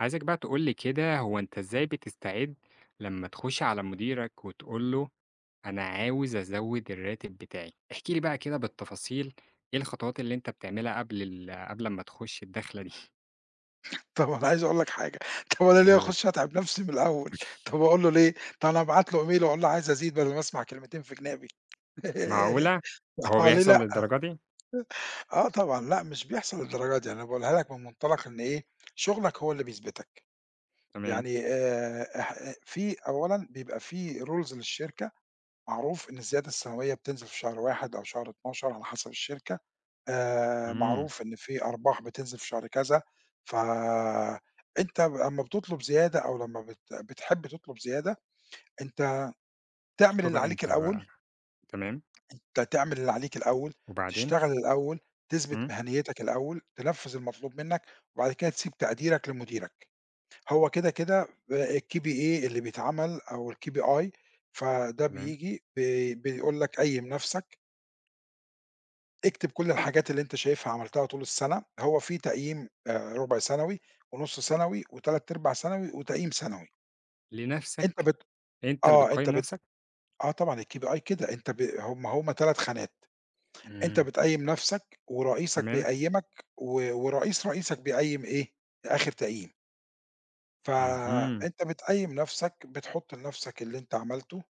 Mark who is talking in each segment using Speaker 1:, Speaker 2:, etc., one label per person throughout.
Speaker 1: عايزك بقى تقول لي كده، هو أنت إزاي بتستعد لمّا تخش على مديرك وتقول له أنا عاوز أزوّد الراتب بتاعي؟ احكِ لي بقى كده بالتفاصيل، إيه الخطوات اللي أنت بتعملها قبل أمّا تخش الداخلة دي؟
Speaker 2: طب أنا عايز أقول لك حاجة، طب أنا ليه
Speaker 1: قُل.
Speaker 2: أخش أتعب نفسي من الأول؟ طب أقول له ليه؟ طب أنا أبعت له إيميل وأقول له عايز أزيد بدل ما أسمع كلمتين في جنابي
Speaker 1: معقولة! هو
Speaker 2: آه ليه
Speaker 1: بيحصل
Speaker 2: لأ؟
Speaker 1: للدرجة دي؟
Speaker 2: آه طبعًا، لأ مش بيحصل للدرجة دي، أنا باقولها لك من منطلق إن إيه، شغلك هو اللي بيثبتك،
Speaker 1: تمام.
Speaker 2: يعني اح آه، في أولًا بيبقى في rules للشركة معروف إن الزيادة السنوية بتنزل في شهر 1 أو شهر 12 على حسب الشركة،
Speaker 1: إمم.
Speaker 2: معروف إن في أرباح بتنزل في شهر كذا، فأنت ب أمّا بتطلب زيادة أو لمّا بتحب تطلب زيادة، أنت تعمل اللي
Speaker 1: بتطلبها
Speaker 2: عليك
Speaker 1: إمتى
Speaker 2: الأول،
Speaker 1: بقى؟ تمام.
Speaker 2: أنت تعمل اللي عليك الأول،
Speaker 1: وبعدين؟
Speaker 2: تشتغل الأول، تثبت
Speaker 1: إمم.
Speaker 2: مهنيتك الأول، تنفّذ المطلوب منّك، وبعد كده تسيب تقديرك لمديرك. هو كده، كده الKPA اللي بيتعمل أو الKPI فده
Speaker 1: تمام.
Speaker 2: بييجي بيقول لك قيّم نَفْسك اكتب كل الحاجات اللي أنت شايفها عملتها طول السنة، هو في تقييم رُبع سنوي ونُص سنوي وتلات أرباع سنوي وتقييم سنوي. أنت
Speaker 1: لنفسك؟
Speaker 2: بت
Speaker 1: أنت اللي
Speaker 2: آه،
Speaker 1: بتقيّم
Speaker 2: أنت بت
Speaker 1: نفسك؟
Speaker 2: آه طبعًا الKPI كده، أنت ب هم 3 خانات، أنت
Speaker 1: إمم.
Speaker 2: بتقيّم نَفْسك ورئيسك
Speaker 1: تمام.
Speaker 2: بيقيّمك و ورئيس رئيسك بيقيّم إيه، آخر تقييم.
Speaker 1: اهم.
Speaker 2: فأنت بتقيّم نَفْسك، بتحُط لنَفْسك اللي أنت عملته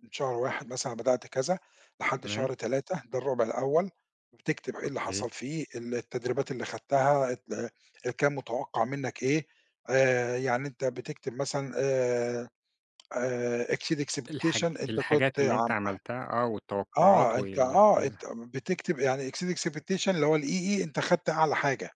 Speaker 2: من شهر 1 مثلًا أنا بدأت كذا لحد
Speaker 1: تمام.
Speaker 2: شهر 3 ده الربع الأول، بتكتب إيه اللي
Speaker 1: أوكي.
Speaker 2: حصل فيه، التدريبات اللي خدتها، الكام متوقّع منّك إيه، يعني أنت بتكتب مثلًا exceed expectation
Speaker 1: الحاج
Speaker 2: أنت كنت
Speaker 1: الحاجات اللي أنت
Speaker 2: عم
Speaker 1: عملتها، آه، والتوقعات
Speaker 2: آه، أنت آه، أنت
Speaker 1: كلها.
Speaker 2: بتكتب يعني exceed expectation اللي هو الEE أنت خدت أعلى حاجة،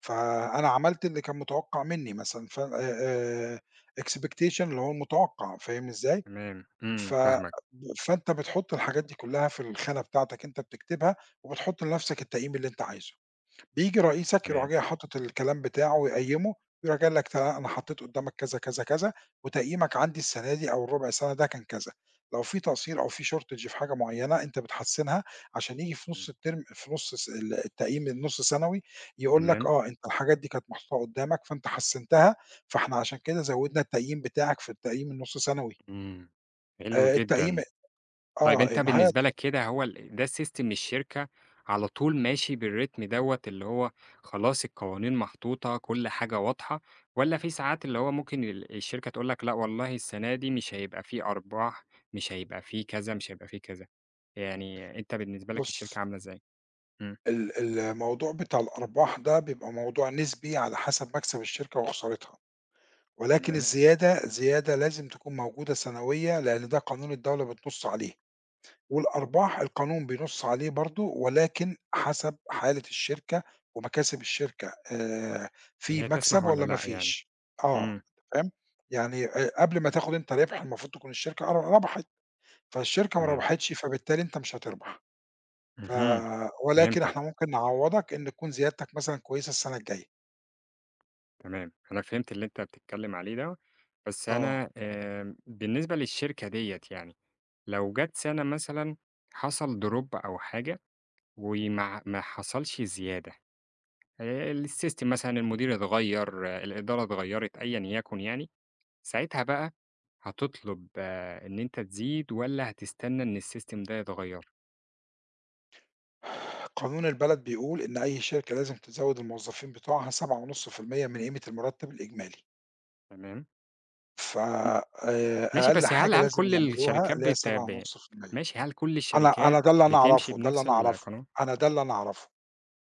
Speaker 2: فأنا عملت اللي كان متوقّع منّي مثلًا ف expectation اللي هو المتوقّع، فاهم إزاي؟
Speaker 1: تمام،
Speaker 2: ف
Speaker 1: إمم، فاهمك.
Speaker 2: فأنت بتحُط الحاجات دي كلّها في الخانة بتاعتك أنت بتكتبها، وبتحُط لنفسك التقييم اللي أنت عايزه، بييجي رئيسك يروح
Speaker 1: تمام،
Speaker 2: جاي حاطط الكلام بتاعه ويقيّمه، يروح جاي قال لك أنا حطيت قدّامك كذا، كذا، كذا، وتقييمك عندي السنة دي أو الربع سنة ده كان كذا، لو في تقصير أو في shortage في حاجة معيّنة أنت بتحسّنها عشان ييجي في
Speaker 1: إمم،
Speaker 2: نُص الترم في نُص س ال التقييم النُص سنوي يقول لك
Speaker 1: تمام،
Speaker 2: آه، أنت الحاجات دي كانت محطوطة قدّامك فأنت حسّنتها، فإحنا عشان كده زوّدنا التقييم بتاعك في التقييم النُص سنوي،
Speaker 1: إمم، حلو
Speaker 2: التقييم
Speaker 1: جدًا. طيب
Speaker 2: آه،
Speaker 1: أنت
Speaker 2: إمهات
Speaker 1: بالنسبة لك كده، هو ده الsystem الشركة على طول ماشي بالرتم دوّة اللي هو خلاص، القوانين محطوطة، كل حاجة واضحة، والّا في ساعات اللي هو ممكن الشركة تقول لك لأ، والله السنة دي مش هيبقى في أرباح، مش هيبقى في كذا، مش هيبقى في كذا؟ يعني أنت بالنسبة لك الشركة
Speaker 2: بُص،
Speaker 1: عاملة إزاي؟ إمم.
Speaker 2: الموضوع بتاع الأرباح ده بيبقى موضوع نسبي على حسب مكسب الشركة وخسارتها، ولكن
Speaker 1: تمام.
Speaker 2: الزيادة زيادة لازم تكون موجودة سنوية، لأن ده قانون الدولة بتنُص عليه، والأرباح القانون بينُص عليه برضه، ولكن حسب حالة الشركة ومكاسب الشركة،
Speaker 1: إن
Speaker 2: في
Speaker 1: هي تسمح
Speaker 2: مكسب
Speaker 1: والّا
Speaker 2: والّا ما
Speaker 1: لأ يعني؟
Speaker 2: فيش؟ آه،
Speaker 1: إمم.
Speaker 2: أنت فاهم؟ يعني قبل ما تاخد أنت ربح طيب. المفروض تكون الشركة ربحت، فالشركة ما
Speaker 1: تمام.
Speaker 2: ربحتش فبالتالي أنت مش هتربح. ف
Speaker 1: اهم.
Speaker 2: ولكن
Speaker 1: فهمتك.
Speaker 2: إحنا ممكن نعوّضك إن تكون زيادتك مثلًا كويسة السنة الجاية.
Speaker 1: تمام، أنا فهمت اللي أنت بتتكلم عليه دوّة، بس
Speaker 2: آه.
Speaker 1: أنا، بالنسبة للشركة ديّة يعني، لو جات سَنة مثلًا حصل drop أو حاجة وما ما حصلش زيادة، الsystem مثلًا المدير اتغيّر، الإدارة اتغيّرت، أيًا يكن يعني، ساعتها بقى هتطلب، إن أنت تزيد والّا هتستنى إن الsystem ده يتغيّر؟
Speaker 2: قانون البلد بيقول إن أي شركة لازم تزوّد الموظفين بتوعها 7.5% من قيمة المرتب الإجمالي،
Speaker 1: تمام.
Speaker 2: ف
Speaker 1: ماشي،
Speaker 2: أقل
Speaker 1: بس هل
Speaker 2: حاجة
Speaker 1: هل
Speaker 2: لازم
Speaker 1: كل
Speaker 2: يعملوها
Speaker 1: الشركات
Speaker 2: اللي هي
Speaker 1: بت ب
Speaker 2: 7.5%.
Speaker 1: ماشي، هل كل
Speaker 2: أنا
Speaker 1: الشركات
Speaker 2: أنا ده اللي أنا
Speaker 1: بتمشي
Speaker 2: أعرفه، ده اللي
Speaker 1: بنفس
Speaker 2: أنا أعرفه،
Speaker 1: القانون؟
Speaker 2: أنا ده اللي أنا أعرفه.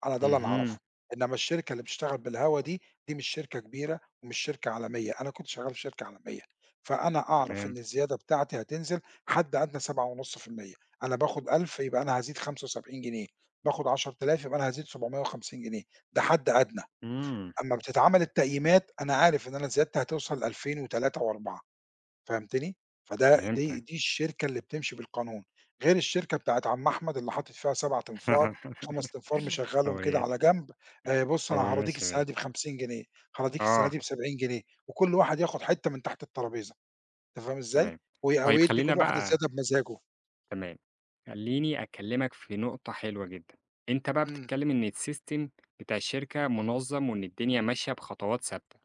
Speaker 2: أنا ده اللي أنا
Speaker 1: اهم.
Speaker 2: أعرفه، إنما الشركة اللي بتشتغل بالهوا دي، دي مش شركة كبيرة ومش شركة عالمية، أنا كنت شغال في شركة عالمية، فأنا أعرف
Speaker 1: تمام.
Speaker 2: إن الزيادة بتاعتي هتنزل حد أدنى 7.5%، أنا باخد 1000 يبقى أنا هازيد 75 جنيه، باخد 10,000 يبقى أنا هازيد 750 جنيه، ده حد أدنى،
Speaker 1: إمم.
Speaker 2: أمّا بتتعمل التقييمات أنا عارف إن أنا زيادتي هتوصل ل2000 و3 و4. فهمتني؟ فده دي
Speaker 1: فهمتك.
Speaker 2: دي الشركة اللي بتمشي بالقانون، غير الشركة بتاعة عم أحمد اللي حاطط فيها 7 تنفار، 5 تنفار مشغّلهم
Speaker 1: هو
Speaker 2: كده
Speaker 1: ي
Speaker 2: على جنب، بُص أنا
Speaker 1: هو إيه،
Speaker 2: هاراضيك
Speaker 1: ماشي
Speaker 2: السنة
Speaker 1: ب
Speaker 2: دي ب50 جنيه، هاراضيك السنة
Speaker 1: آه،
Speaker 2: دي ب70 جنيه، وكل واحد ياخد حتّة من تحت الترابيزة، أنت فاهم إزاي؟
Speaker 1: تمام.
Speaker 2: أو
Speaker 1: طيب
Speaker 2: يدّي
Speaker 1: خلّينا
Speaker 2: كل واحد
Speaker 1: بقى.
Speaker 2: الزيادة بمزاجه.
Speaker 1: تمام، خلّيني أكلّمك في نقطة حلوة جدًا. أنت بقى
Speaker 2: إمم.
Speaker 1: بتتكلّم إن السيستم بتاع الشركة منظّم، وإن الدنيا ماشية بخطوات ثابتة.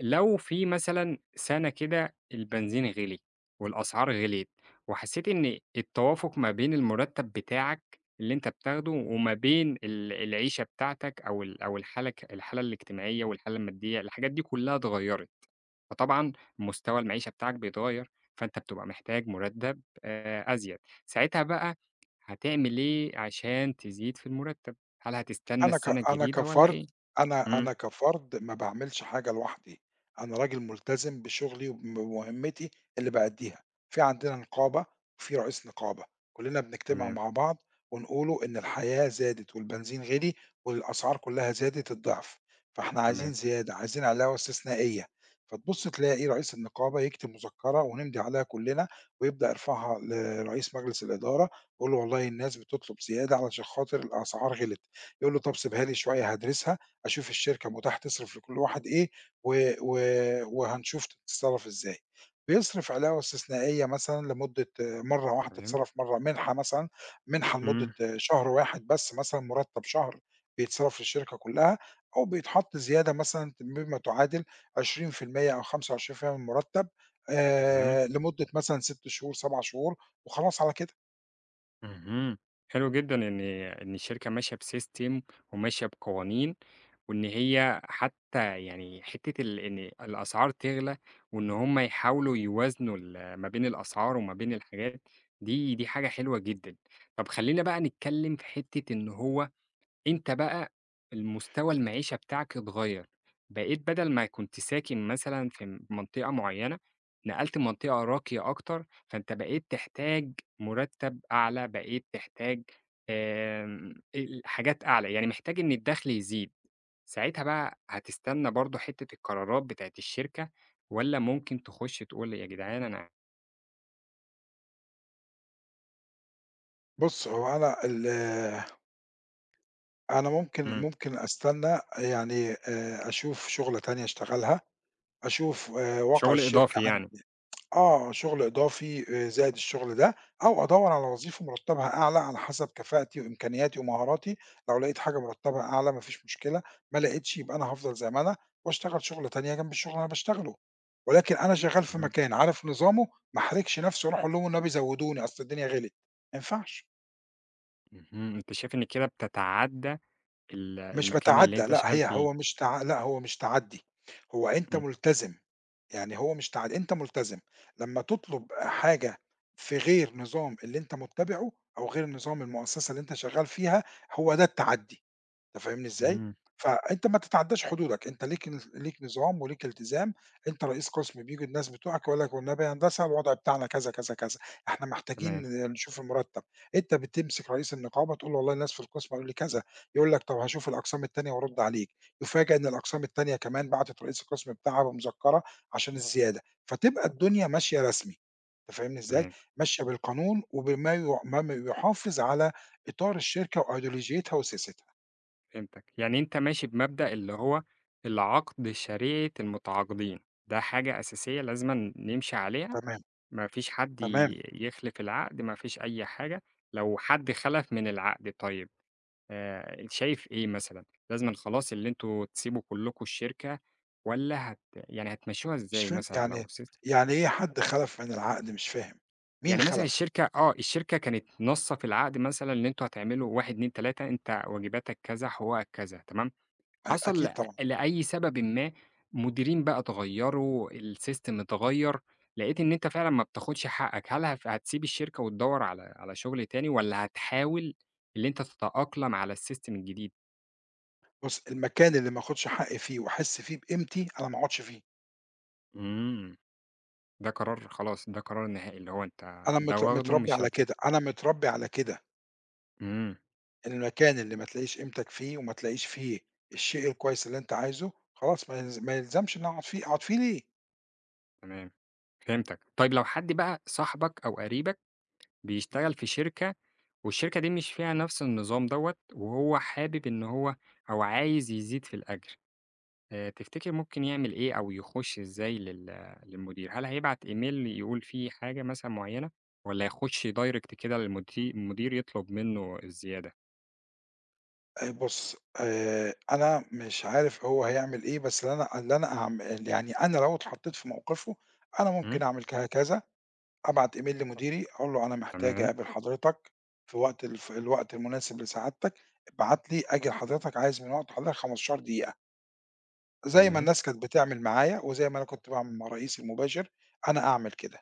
Speaker 1: لو في مثلًا سَنة كده البنزين غِلي والأسعار غِليت، وحسّيت إن التوافُق ما بين المُرتّب بتاعك اللي أنت بتاخده وما بين العيشة بتاعتك أو أو الحالة الاجتماعية والحالة المادية، الحاجات دي كُلّها اتغيّرت، فطبعًا مستوى المعيشة بتاعك بيتغيّر، فأنت بتبقى محتاج مُرتّب أزيد، ساعتها بقى هتعمل إيه عشان تزيد في المُرتّب؟ هل هتستنى
Speaker 2: أنا ك
Speaker 1: السَنة
Speaker 2: أنا
Speaker 1: الجديدة والّا
Speaker 2: كفرد
Speaker 1: إيه؟
Speaker 2: أنا
Speaker 1: إمم.
Speaker 2: أنا كفرد ما باعملش حاجة لوحدي، أنا راجل ملتزم بشغلي وبمهمتي اللي بأدّيها، في عندنا نقابة وفي رئيس نقابة، كلّنا بنجتمع
Speaker 1: تمام.
Speaker 2: مع بعض ونقولوا إن الحياة زادت والبنزين غِلي والأسعار كلّها زادت الضعف، فإحنا
Speaker 1: تمام.
Speaker 2: عايزين زيادة، عايزين علاوة استثنائية، فتبُص تلاقي رئيس النقابة يكتب مذكرة ونمضي عليها كلّنا ويبدأ يرفعها لرئيس مجلس الإدارة، يقول له والله الناس بتطلب زيادة علشان خاطر الأسعار غِلت. يقول له طب سيبها لي شوية هادرسها، أشوف الشركة متاح تصرف لكل واحد إيه و و وهنشوف تتصرف إزاي. بيصرف علاوة استثنائية مثلًا لمدة مرّة واحدة
Speaker 1: تمام.
Speaker 2: تتصرف مرّة، منحة مثلًا، منحة لمدة
Speaker 1: إمم.
Speaker 2: شهر واحد بس مثلًا مُرتّب شهر بيتصرف للشركة كلّها، أو بيتحط زيادة مثلًا بما تعادل 20% أو 25% من المُرتّب
Speaker 1: تمام.
Speaker 2: لمدة مثلًا 6 شهور، 7 شهور وخلاص على كده.
Speaker 1: اهم. حلو جدًا إن الشركة ماشية بsystem وماشية بقوانين، وإن هي حتى يعني حتّة إن الأسعار تغلى، وإن هم يحاولوا يوازنوا ما بين الأسعار وما بين الحاجات، دي حاجة حلوة جدًا. طب خلّينا بقى نتكلم في حتّة إن هو، أنت بقى المستوى المعيشة بتاعك اتغيّر، بقيت بدل ما كنت ساكن مثلًا في منطقة معيّنة، نقلت منطقة راقية أكتر، فأنت بقيت تحتاج مُرتّب أعلى، بقيت تحتاج آمم ال حاجات أعلى، يعني محتاج إن الدخل يزيد، ساعتها بقى هتستنى برضه حتّة القرارات بتاعة الشركة، والّا ممكن تخُش تقول يا جدعان أنا.
Speaker 2: بُص، هو أنا ال أنا ممكن
Speaker 1: إمم.
Speaker 2: ممكن أستنى يعني أشوف شُغلة تانية أشتغلها، أشوف واقع
Speaker 1: شغل
Speaker 2: الشركة
Speaker 1: إضافي
Speaker 2: عن
Speaker 1: يعني.
Speaker 2: آه، شُغل إضافي زائد الشُغل ده، أو أدوّر على وظيفة مرتّبها أعلى على حسب كفاءتي وإمكانياتي ومهاراتي، لو لقيت حاجة مرتّبها أعلى ما فيش مشكلة، ما لقيتش يبقى أنا هافضل زي ما أنا وأشتغل شُغلة تانية جنب الشُغل اللي أنا باشتغله، ولكن أنا شغّال في
Speaker 1: اهم.
Speaker 2: مكان عارف نظامه ما احرجش نَفْسي وأروح أقول لهم والنبي زوّدوني أصل الدنيا غِليت، ما ينفعش.
Speaker 1: اهم. أنت شايف إن كده بتتعدّى ال
Speaker 2: مش
Speaker 1: المكان اللي
Speaker 2: باتعدّى،
Speaker 1: أنت شغال فيه.
Speaker 2: لأ هو مش تعدّي، هو أنت
Speaker 1: إمم.
Speaker 2: ملتزم، يعني هو مش تعدّي أنت ملتزم، لمّا تطلب حاجة في غير نظام اللي أنت متّبعه أو غير نظام المؤسسة اللي أنت شغّال فيها، هو ده التعدّي. أنت فاهمني إزاي؟
Speaker 1: إمم.
Speaker 2: فأنت ما تتعدّاش حدودك، أنت ليك نظام وليك التزام، أنت رئيس قسم بييجوا الناس بتوعك يقول لك والنبي يا هندسة الوضع بتاعنا كذا، كذا، كذا، إحنا محتاجين
Speaker 1: تمام.
Speaker 2: نشوف المرتب، أنت بتمسك رئيس النقابة تقول له والله الناس في القسم قالوا لي كذا، يقول لك طب هاشوف الأقسام التانية وأرُد عليك، يُفاجأ إن الأقسام التانية كمان بعتت رئيس القسم بتاعها بمذكرة عشان الزيادة، فتبقى الدنيا ماشية رسمي، أنت فاهمني إزاي؟
Speaker 1: تمام.
Speaker 2: ماشية بالقانون وبما يُع ما م يحافظ على إطار الشركة وأيديولوجيتها وسياستها،
Speaker 1: فهمتك، يعني أنت ماشي بمبدأ اللي هو العقد شريعة المتعاقدين، ده حاجة أساسية لازمًا نمشي عليها،
Speaker 2: تما
Speaker 1: ما فيش حد
Speaker 2: تمام،
Speaker 1: يخلف العقد، ما فيش أي حاجة، لو حد خلف من العقد طيب، شايف إيه مثلًا، لازمًا خلاص اللي أنتم تسيبوا كلكم الشركة، والّا يعني هتمشوها
Speaker 2: مش
Speaker 1: إزاي
Speaker 2: فاهم
Speaker 1: مثلًا لو
Speaker 2: يعني
Speaker 1: سيس.
Speaker 2: يعني إيه حد خَلَف من العقد مش فاهم، مين
Speaker 1: يعني مثلًا
Speaker 2: خَلَف؟
Speaker 1: الشركة كانت ناصة في العقد مثلًا إن أنتم هتعملوا 1، 2، 3، أنت واجباتك كذا، حقوقك كذا، تمام؟
Speaker 2: أ
Speaker 1: حصل،
Speaker 2: أكيد
Speaker 1: لأ
Speaker 2: طبعًا،
Speaker 1: لأي سببٍ ما، مديرين بقى اتغيّروا، السيستم اتغيّر، لقيت إن أنت فعلًا ما بتاخدش حقك، هل هتسيب الشركة وتدوّر على شغل تاني والّا هتحاول اللي أنت تتأقلم على السيستم الجديد؟
Speaker 2: بُص المكان اللي ما آخُدش حقّي فيه وأحس فيه بقيمتي أنا ما أقعدش فيه،
Speaker 1: إمم. ده قرار خلاص، ده قرار نهائي، اللي هو أنت
Speaker 2: أنا
Speaker 1: ده
Speaker 2: مت
Speaker 1: واخده
Speaker 2: متربّي
Speaker 1: مش
Speaker 2: على
Speaker 1: هت
Speaker 2: كده، أنا متربّي على كده،
Speaker 1: إمم،
Speaker 2: المكان اللي ما تلاقيش قيمتك فيه وما تلاقيش فيه الشيء الكويس اللي أنت عايزه، خلاص ما يلزمش إني أقعد فيه، أقعد فيه ليه؟
Speaker 1: تمام، فهمتك. طيب لو حد بقى صاحبك أو قريبك بيشتغل
Speaker 2: إمم.
Speaker 1: في شركة، والشركة دي مش فيها نفس النظام دوّة، وهو حابب إن هو أو عايز يزيد في الأجر. تفتكر ممكن يعمل إيه أو يخُش إزاي للمدير؟ هل هيبعت إيميل يقول فيه حاجة مثلًا معيّنة، والّا يخُش direct كده المدير يطلب منّه الزيادة؟
Speaker 2: بُص، أنا مش عارف هو هيعمل إيه، بس اللي أنا اللي أنا أعم يعني أنا لو اتحطّيت في موقفه، أنا
Speaker 1: إمم.
Speaker 2: ممكن أعمل كذا أبعت إيميل لمديري أقول له أنا محتاج
Speaker 1: تمام.
Speaker 2: أقابل حضرتك في وقت الوقت المناسب لسعادتك، ابعت لي أجل حضرتك عايز من وقت حضرتك 15 دقيقة، زي ما
Speaker 1: تمام.
Speaker 2: الناس كانت بتعمل معايا وزي ما أنا كنت باعمل مع رئيسي المباشر، أنا أعمل كده.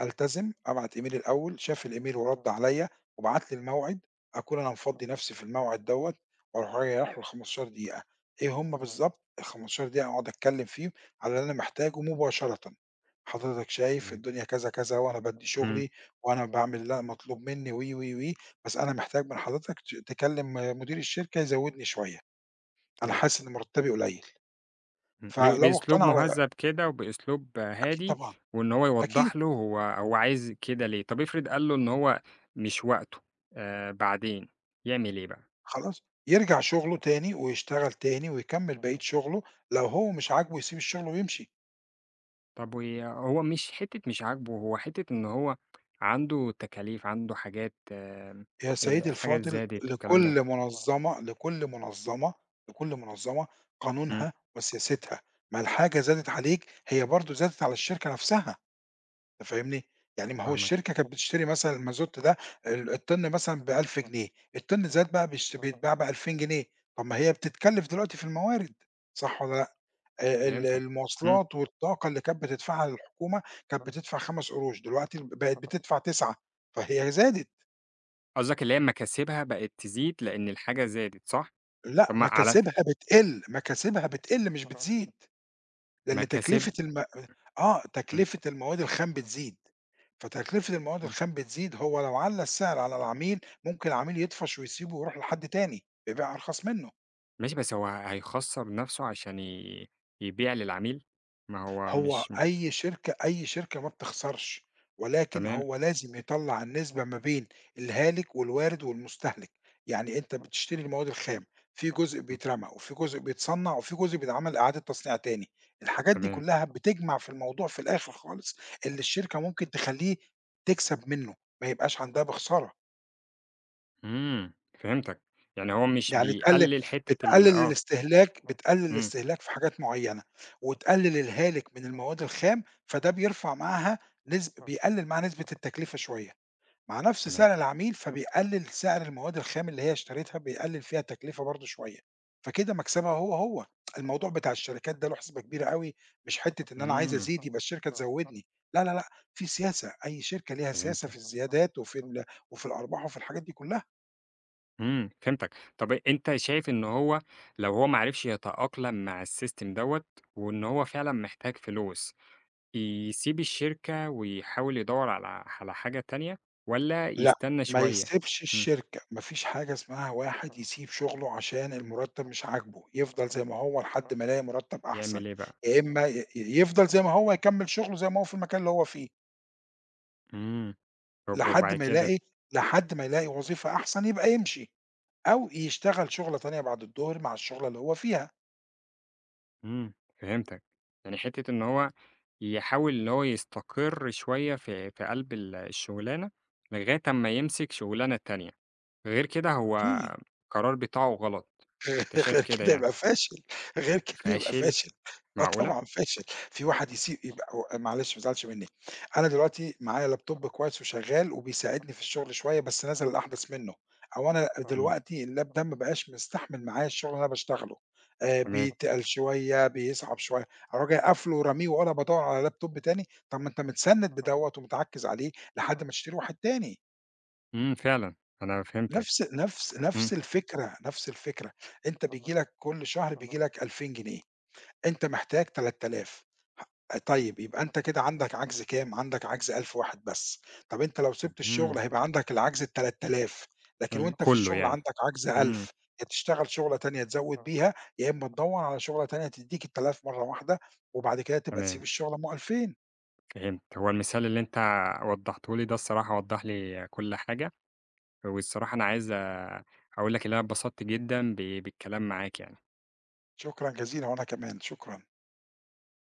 Speaker 2: ألتزم، أبعت إيميل الأول، شاف الإيميل ورَد عليّا وبعت لي الموعد، أكون أنا مفضّي نَفْسي في الموعد دوّة وأروح رايح له ال15 دقيقة، إيه هم بالضبط؟ ال15 دقيقة أقعد أتكلّم فيهم على اللي أنا محتاجه مباشرةً، حضرتك شايف
Speaker 1: تمام.
Speaker 2: الدنيا كذا، كذا وأنا بادّي
Speaker 1: إمم.
Speaker 2: شُغلي وأنا باعمل اللي مطلوب منّي و، و، و، بس أنا محتاج من حضرتك تكلّم مدير الشركة يزوّدني شوية، أنا
Speaker 1: تمام.
Speaker 2: حاسس إن مُرتّبي قليّل،
Speaker 1: إمم. ب
Speaker 2: فلو
Speaker 1: بأسلوب
Speaker 2: اقتنع ر
Speaker 1: مهذّب كده وبأسلوب
Speaker 2: أكيد
Speaker 1: هادي،
Speaker 2: طبعًا،
Speaker 1: وإن هو
Speaker 2: أكيد.
Speaker 1: يوضّح له هو عايز كده ليه، طَب افرض قال له إن هو مش وقته، بعدين، يعمل إيه بقى؟
Speaker 2: خلاص، يرجع شغله تاني ويشتغل تاني ويكمّل بقية شغله، لو هو مش عاجبه يسيب الشغل ويمشي.
Speaker 1: طب هو مش حتّة مش عاجبه، هو حتّة إن هو عنده تكاليف، عنده حاجات
Speaker 2: يا سيدي
Speaker 1: حاجات
Speaker 2: الفاضل
Speaker 1: زادت والكلام ده.
Speaker 2: لكل منظّمة
Speaker 1: إمم.
Speaker 2: قانونها وسياستها، ما الحاجة زادت عليك هي برضه زادت على الشركة نفسها، أنت فاهمني؟ يعني ما هو
Speaker 1: فاهمك.
Speaker 2: الشركة كانت بتشتري مثلًا المازوت ده الطِن مثلًا ب1000 جنيه، الطِن زاد بقى بيتباع ب2000 جنيه، طب ما هي بتتكلّف دلوقتي في الموارد، صح والّا لأ؟ ال
Speaker 1: فهمتك. إمم.
Speaker 2: المواصلات والطاقة اللي كانت بتدفعها للحكومة، كانت بتدفع 5 قروش، دلوقتي بقت بتدفع 9 فهي زادت،
Speaker 1: قصدك اللي هي مكاسبها بقت تزيد لإن الحاجة زادت، صح؟
Speaker 2: لأ
Speaker 1: طب ما على
Speaker 2: مكاسبها بتقِل، مكاسبها بتقِل مش بتزيد، لأن
Speaker 1: مكاسب.
Speaker 2: تكلفة الم آه،
Speaker 1: إمم.
Speaker 2: تكلفة المواد الخام بتزيد، فتكلفة المواد
Speaker 1: إمم.
Speaker 2: الخام بتزيد هو لو عَلّى السعر على العميل، ممكن العميل يطفش ويسيبه ويروح لحد تاني بيبيع أرخص منه.
Speaker 1: ماشي، بس هو هيخسّر نَفْسه عشان يبيع للعميل؟ ما هو
Speaker 2: هو
Speaker 1: مش.
Speaker 2: أي شركة ما بتخسرش، ولكن
Speaker 1: تمام.
Speaker 2: هو لازم يطلّع النسبة ما بين الهالك والوارد والمستهلك، يعني أنت بتشتري المواد الخام، في جزء
Speaker 1: إمم.
Speaker 2: بيترمى وفي جزء بيتصنّع وفي جزء بيتعمل إعادة تصنيع تاني، الحاجات دي
Speaker 1: تمام.
Speaker 2: كلّها بتجمع في الموضوع في الآخر خالص اللي الشركة ممكن تخلّيه تكسب منّه، ما يبقاش عندها بخسارة.
Speaker 1: إمم. فهمتك، يعني هو مش
Speaker 2: يعني تقل
Speaker 1: بيقلل حتّة ال
Speaker 2: بتقلل
Speaker 1: آه،
Speaker 2: الاستهلاك
Speaker 1: إمم.
Speaker 2: في حاجات معيّنة، وتقلل الهالك من المواد الخام، فده بيرفع معاها نسب بيقلل معاها نسبة التكلفة شوية، مع نفس
Speaker 1: تمام.
Speaker 2: سعر العميل فبيقلل سعر المواد الخام اللي هي اشتريتها بيقلل فيها التكلفة برضه شوية، فكده مكسبها هو، هو. الموضوع بتاع الشركات ده له حسبة كبيرة أوي، مش حتّة إن أنا عايز
Speaker 1: إمم.
Speaker 2: أزيد يبقى الشركة تزوّدني، لا، لا، لأ، في سياسة، أي شركة ليها سياسة في
Speaker 1: فهمتك.
Speaker 2: الزيادات وفي ال وفي الأرباح وفي الحاجات دي كلّها.
Speaker 1: إمم. فهمتك. طب أنت شايف إن هو لو هو ما عرفش يتأقلم مع السيستم دوّة، وإن هو فعلًا محتاج فلوس، يسيب الشركة ويحاول يدوّر على حاجة تانية، والّا
Speaker 2: لأ،
Speaker 1: يستنى
Speaker 2: ما
Speaker 1: شوية؟
Speaker 2: يسيبش
Speaker 1: إمم.
Speaker 2: الشركة، ما فيش حاجة اسمها واحد يسيب شغله عشان المرتب مش عاجبه، يفضل زي ما هو لحد ما يلاقي مرتب أحسن،
Speaker 1: يعمل إيه بقى؟
Speaker 2: يا إما ي ي يفضل زي ما هو يكمّل شغله زي ما هو في المكان اللي هو فيه،
Speaker 1: إمم. طب
Speaker 2: لحد
Speaker 1: وبعد
Speaker 2: ما
Speaker 1: كده؟
Speaker 2: يلاقي لحد ما يلاقي وظيفة أحسن يبقى يمشي، أو يشتغل شُغلة تانية بعد الضهر مع الشُغلة اللي هو فيها،
Speaker 1: إمم. فهمتك. يعني حتّة إن هو يحاول إن هو يستقر شوية في قلب الشغلانة، لغاية أمّا يمسك شغلانة تانية، غير كده هو
Speaker 2: أكيد.
Speaker 1: القرار بتاعه غلط، أنت شايف
Speaker 2: غير
Speaker 1: كده
Speaker 2: كده
Speaker 1: يعني؟
Speaker 2: يبقى فاشل، غير كده يبقى
Speaker 1: فاشل!
Speaker 2: فاشل، آه
Speaker 1: معقولة!
Speaker 2: طبعًا فاشل، في واحد يسيب يبقى هو معلش ما تزعلش منّي، أنا دلوقتي معايا لابتوب كويس وشغّال وبيساعدني في الشغل شوية بس نازل الأحدث منّه، أو أنا
Speaker 1: إمم.
Speaker 2: دلوقتي اللاب ده ما بقاش مستحمل معايا الشغل اللي أنا باشتغله،
Speaker 1: تمام.
Speaker 2: بيتقل شوية، بيصعب شوية، أروح جاي قافله وراميه وأنا بادوّر على لابتوب تاني، طَب ما أنت متسنّد بدوّة ومتعكِّز عليه لحد ما تشتري واحد تاني.
Speaker 1: إمم. فعلًا، أنا فهمتك.
Speaker 2: نفس نفس
Speaker 1: إمم.
Speaker 2: نفس الفكرة، نفس الفكرة، أنت بييجي لك كل شهر بييجي لك 2000 جنيه، أنت محتاج 3000 طيب يبقى أنت كده عندك عجز كام؟ عندك عجز 1000 واحد بس، طب أنت لو سِبت
Speaker 1: اهم.
Speaker 2: الشغل هيبقى عندك العجز ال3000 لكن وأنت في
Speaker 1: كله
Speaker 2: الشغل
Speaker 1: يعني.
Speaker 2: عندك عجز
Speaker 1: إمم.
Speaker 2: 1000 يا تشتغل شُغلة تانية تزوّد بيها، يا إما تدوّر على شُغلة تانية تدّيك ال3000 مرّة واحدة، وبعد كده تبقى تسيب
Speaker 1: تمام.
Speaker 2: الشغل، ما هو 2000
Speaker 1: فهمت. هو المثال اللي أنت وضّحته لي ده، الصراحة وضّح لي كل حاجة، والصراحة أنا عايز أقول لك إن أنا اتبسطت جدًا بالكلام معاك يعني.
Speaker 2: شكرًا جزيلًا وأنا كمان، شكرًا.